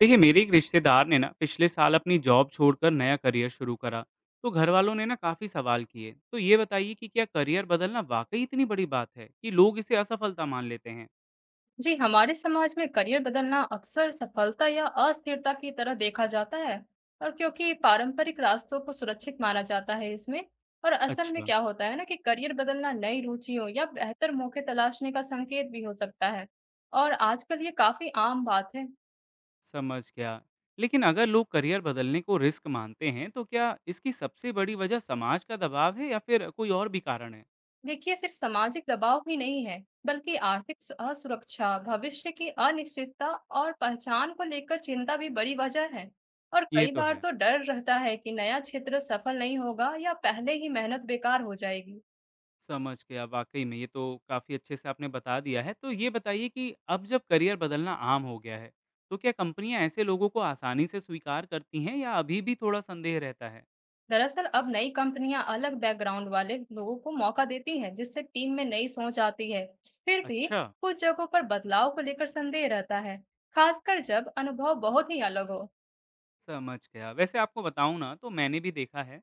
देखिए मेरे एक रिश्तेदार ने ना पिछले साल अपनी जॉब छोड़कर नया करियर शुरू करा। तो घर वालों ने ना काफी सवाल किए। तो ये बताइए कि क्या करियर बदलना वाकई इतनी बड़ी बात है कि लोग इसे असफलता मान लेते हैं। जी, हमारे समाज में करियर बदलना अक्सर सफलता या अस्थिरता की तरह देखा जाता है। और क्योंकि पारंपरिक रास्तों को सुरक्षित माना जाता है इसमें। और असल में अच्छा, क्या होता है ना कि करियर बदलना नई रुचियों या बेहतर मौके तलाशने का संकेत भी हो सकता है। और आजकल ये काफी आम बात है। समझ गया। लेकिन अगर लोग करियर बदलने को रिस्क मानते हैं, तो क्या इसकी सबसे बड़ी वजह समाज का दबाव है या फिर कोई और भी कारण है? देखिए, सिर्फ सामाजिक दबाव ही नहीं है, बल्कि आर्थिक असुरक्षा, भविष्य की अनिश्चितता और पहचान को लेकर चिंता भी बड़ी वजह है। और ये कई तो बार है। तो डर रहता है कि नया क्षेत्र सफल नहीं होगा या पहले ही मेहनत बेकार हो जाएगी। समझ गया, वाक़ई में ये तो काफ़ी अच्छे से आपने बता दिया है। तो ये बताइए कि अब जब करियर बदलना आम हो गया है, तो क्या कंपनियाँ ऐसे लोगों को आसानी से स्वीकार करती हैं या अभी भी थोड़ा संदेह रहता है? दरअसल अब नई कंपनियां अलग बैकग्राउंड वाले लोगों को मौका देती हैं, जिससे टीम में नई सोच आती है। फिर भी अच्छा, कुछ जगहों पर बदलाव को लेकर संदेह रहता है, खासकर जब अनुभव बहुत ही अलग हो। समझ गया। वैसे आपको बताऊँ ना, तो मैंने भी देखा है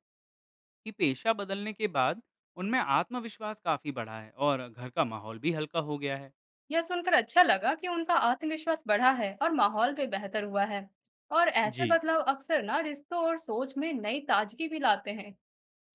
कि पेशा बदलने के बाद उनमें आत्मविश्वास काफ़ी बढ़ा है और घर का माहौल भी हल्का हो गया है। यह सुनकर अच्छा लगा कि उनका आत्मविश्वास बढ़ा है और माहौल भी बेहतर हुआ है। और ऐसे जी। बदलाव अक्सर ना रिश्तों और सोच में नई ताजगी भी लाते हैं।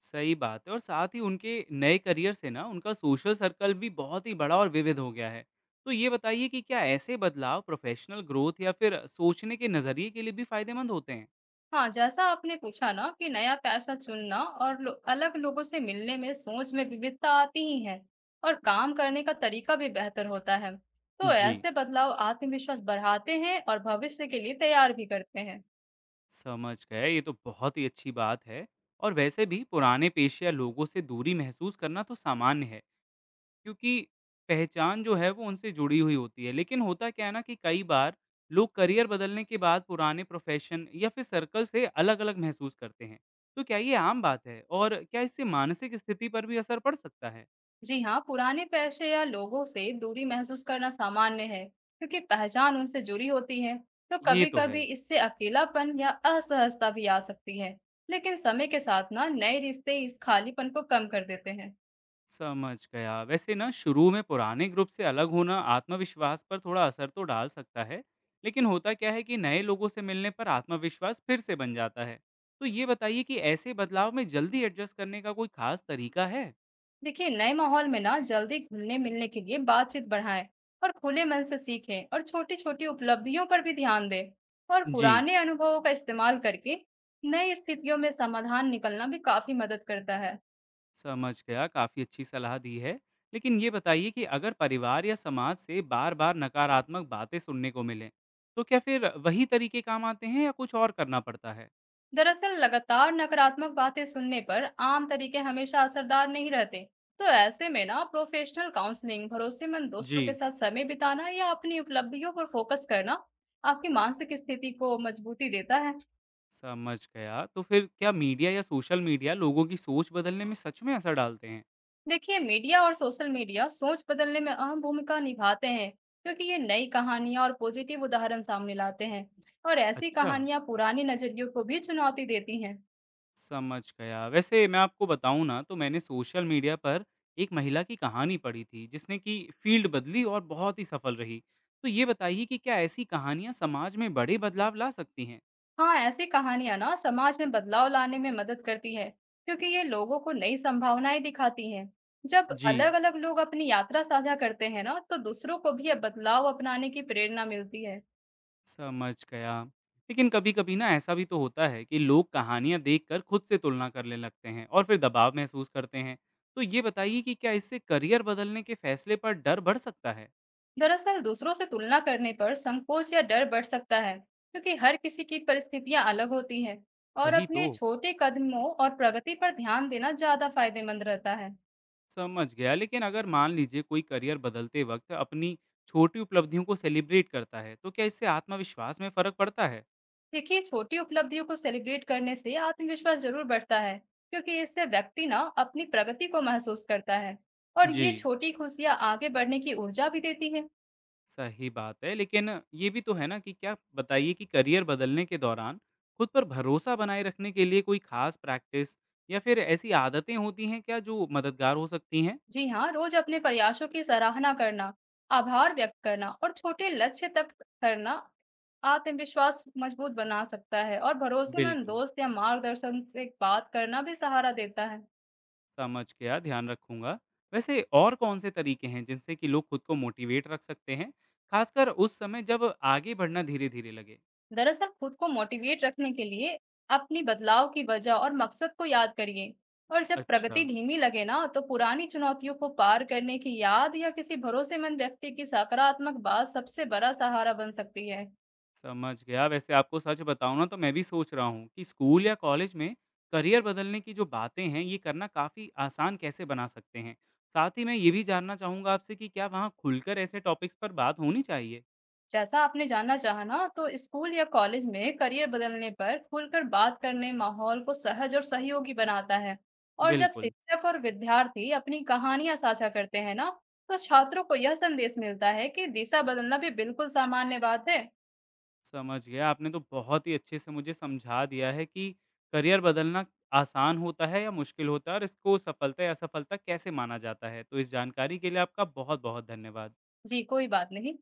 सही बात है, और साथ ही उनके नए करियर से ना उनका सोशल सर्कल भी बहुत ही बड़ा और विविध हो गया है। तो ये बताइए कि क्या ऐसे बदलाव प्रोफेशनल ग्रोथ या फिर सोचने के नज़रिए के लिए भी फायदेमंद होते हैं? हाँ, जैसा आपने पूछा ना कि नया पैसा चुनना और लो, अलग लोगों से मिलने में सोच में विविधता आती ही है। और काम करने का तरीका भी बेहतर होता है। तो जी, ऐसे बदलाव आत्मविश्वास बढ़ाते हैं और भविष्य के लिए तैयार भी करते हैं। समझ गए, ये तो बहुत ही अच्छी बात है। और वैसे भी पुराने पेशे या लोगों से दूरी महसूस करना तो सामान्य है, क्योंकि पहचान जो है वो उनसे जुड़ी हुई होती है। लेकिन होता क्या है ना कि कई बार लोग करियर बदलने के बाद पुराने प्रोफ़ेशन या फिर सर्कल से अलग-अलग महसूस करते हैं। तो क्या ये आम बात है और क्या इससे मानसिक स्थिति पर भी असर पड़ सकता है? जी हाँ, पुराने पेशे या लोगों से दूरी महसूस करना सामान्य है, क्योंकि पहचान उनसे जुड़ी होती है। तो ये कभी तो है। कभी इससे अकेलापन या असहजता भी आ सकती है। लेकिन समय के साथ ना नए रिश्ते इस खालीपन को कम कर देते हैं। समझ गया। वैसे ना, शुरू में पुराने ग्रुप से अलग होना आत्मविश्वास पर थोड़ा असर तो डाल सकता है। लेकिन होता क्या है कि नए लोगों से मिलने पर आत्मविश्वास फिर से बन जाता है। तो ये बताइए कि ऐसे बदलाव में जल्दी एडजस्ट करने का कोई ख़ास तरीका है? देखिए, नए माहौल में ना जल्दी घुलने मिलने के लिए बातचीत बढ़ाएं और खुले मन से सीखें और छोटी छोटी उपलब्धियों पर भी ध्यान दें। और जी, पुराने अनुभवों का इस्तेमाल करके नई स्थितियों में समाधान निकलना भी काफी मदद करता है। समझ गया, काफ़ी अच्छी सलाह दी है। लेकिन ये बताइए कि अगर परिवार या समाज से बार-बार नकारात्मक बातें सुनने को मिलें, तो क्या फिर वही तरीके काम आते हैं या कुछ और करना पड़ता है? दरअसल लगातार नकारात्मक बातें सुनने पर आम तरीके हमेशा असरदार नहीं रहते। तो ऐसे में ना प्रोफेशनल काउंसलिंग, भरोसेमंद दोस्तों के जी, साथ समय बिताना या अपनी उपलब्धियों पर फोकस करना आपकी मानसिक स्थिति को मजबूती देता है। समझ गया। तो फिर क्या मीडिया या सोशल मीडिया लोगों की सोच बदलने में सच में असर डालते हैं? देखिए, मीडिया और सोशल मीडिया सोच बदलने में अहम भूमिका निभाते हैं, क्योंकि ये नई कहानियां और पॉजिटिव उदाहरण सामने लाते हैं। और ऐसी अच्छा, कहानियां पुरानी नजरियों को भी चुनौती देती हैं। समझ गया। वैसे मैं आपको बताऊँ ना, तो मैंने सोशल मीडिया पर एक महिला की कहानी पढ़ी थी जिसने कि फील्ड बदली और बहुत ही सफल रही। तो ये बताइए कि क्या ऐसी कहानियाँ समाज में बड़े बदलाव ला सकती हैं? हाँ, ऐसी कहानियां ना समाज में बदलाव लाने में मदद करती है, क्योंकि ये लोगों को नई संभावनाएं दिखाती हैं। जब जी, अलग-अलग लोग अपनी यात्रा साझा करते हैं ना, तो दूसरों को भी ये बदलाव अपनाने की प्रेरणा मिलती है। समझ गया। लेकिन कभी-कभी ना ऐसा भी तो होता है कि लोग कहानियाँ देखकर खुद से तुलना करने लगते हैं और फिर दबाव महसूस करते हैं। तो ये बताइए कि क्या इससे करियर बदलने के फैसले पर डर बढ़ सकता है? दरअसल दूसरों से तुलना करने पर संकोच या डर बढ़ सकता है, क्योंकि हर किसी की परिस्थितियां अलग होती हैं। और वही तो। अपने छोटे कदमों और प्रगति पर ध्यान देना ज्यादा फायदेमंद रहता है। समझ गया। लेकिन अगर मान लीजिए कोई करियर बदलते वक्त अपनी छोटी उपलब्धियों को सेलिब्रेट करता है, तो क्या इससे आत्मविश्वास में फर्क पड़ता है? देखिए, छोटी उपलब्धियों को सेलिब्रेट करने से आत्मविश्वास जरूर बढ़ता है, क्योंकि इससे व्यक्ति ना अपनी प्रगति को महसूस करता है। और जी, ये छोटी खुशियां आगे बढ़ने की ऊर्जा भी देती है। सही बात है। लेकिन ये भी तो है ना, कि क्या बताइए कि करियर बदलने के दौरान खुद पर भरोसा बनाए रखने के लिए कोई खास प्रैक्टिस या फिर ऐसी आदतें होती हैं क्या जो मददगार हो सकती हैं? जी हाँ, रोज अपने प्रयासों की सराहना करना, आभार व्यक्त करना और छोटे लक्ष्य तक करना आत्मविश्वास मजबूत बना सकता है। और भरोसेमंद बिल्कुल, दोस्त या मार्गदर्शन से बात करना भी सहारा देता है। समझ गया, ध्यान रखूंगा। वैसे और कौन से तरीके हैं जिनसे कि लोग खुद को मोटिवेट रख सकते हैं, खासकर उस समय जब आगे बढ़ना धीरे धीरे लगे? दरअसल खुद को मोटिवेट रखने के लिए अपनी बदलाव की वजह और मकसद को याद करिए। और जब अच्छा, प्रगति धीमी लगे ना, तो पुरानी चुनौतियों को पार करने की याद या किसी भरोसेमंद व्यक्ति की सकारात्मक बात सबसे बड़ा सहारा बन सकती है। समझ गया। वैसे आपको सच बताऊँ ना, तो मैं भी सोच रहा हूँ कि स्कूल या कॉलेज में करियर बदलने की जो बातें हैं ये करना काफ़ी आसान कैसे बना सकते हैं? साथ ही मैं ये भी जानना चाहूँगा आपसे कि क्या वहाँ खुलकर ऐसे टॉपिक्स पर बात होनी चाहिए? जैसा आपने जानना चाहा ना, तो स्कूल या कॉलेज में करियर बदलने पर खुलकर बात करने माहौल को सहज और सहयोगी बनाता है। और जब बिल्कुल, शिक्षक और विद्यार्थी अपनी कहानियां साझा करते हैं ना, तो छात्रों को यह संदेश मिलता है कि दिशा बदलना भी बिल्कुल सामान्य बात है। समझ गया। आपने तो बहुत ही अच्छे से मुझे समझा दिया है कि करियर बदलना आसान होता है या मुश्किल होता है और इसको सफलता या असफलता कैसे माना जाता है। तो इस जानकारी के लिए आपका बहुत-बहुत धन्यवाद। जी, कोई बात नहीं।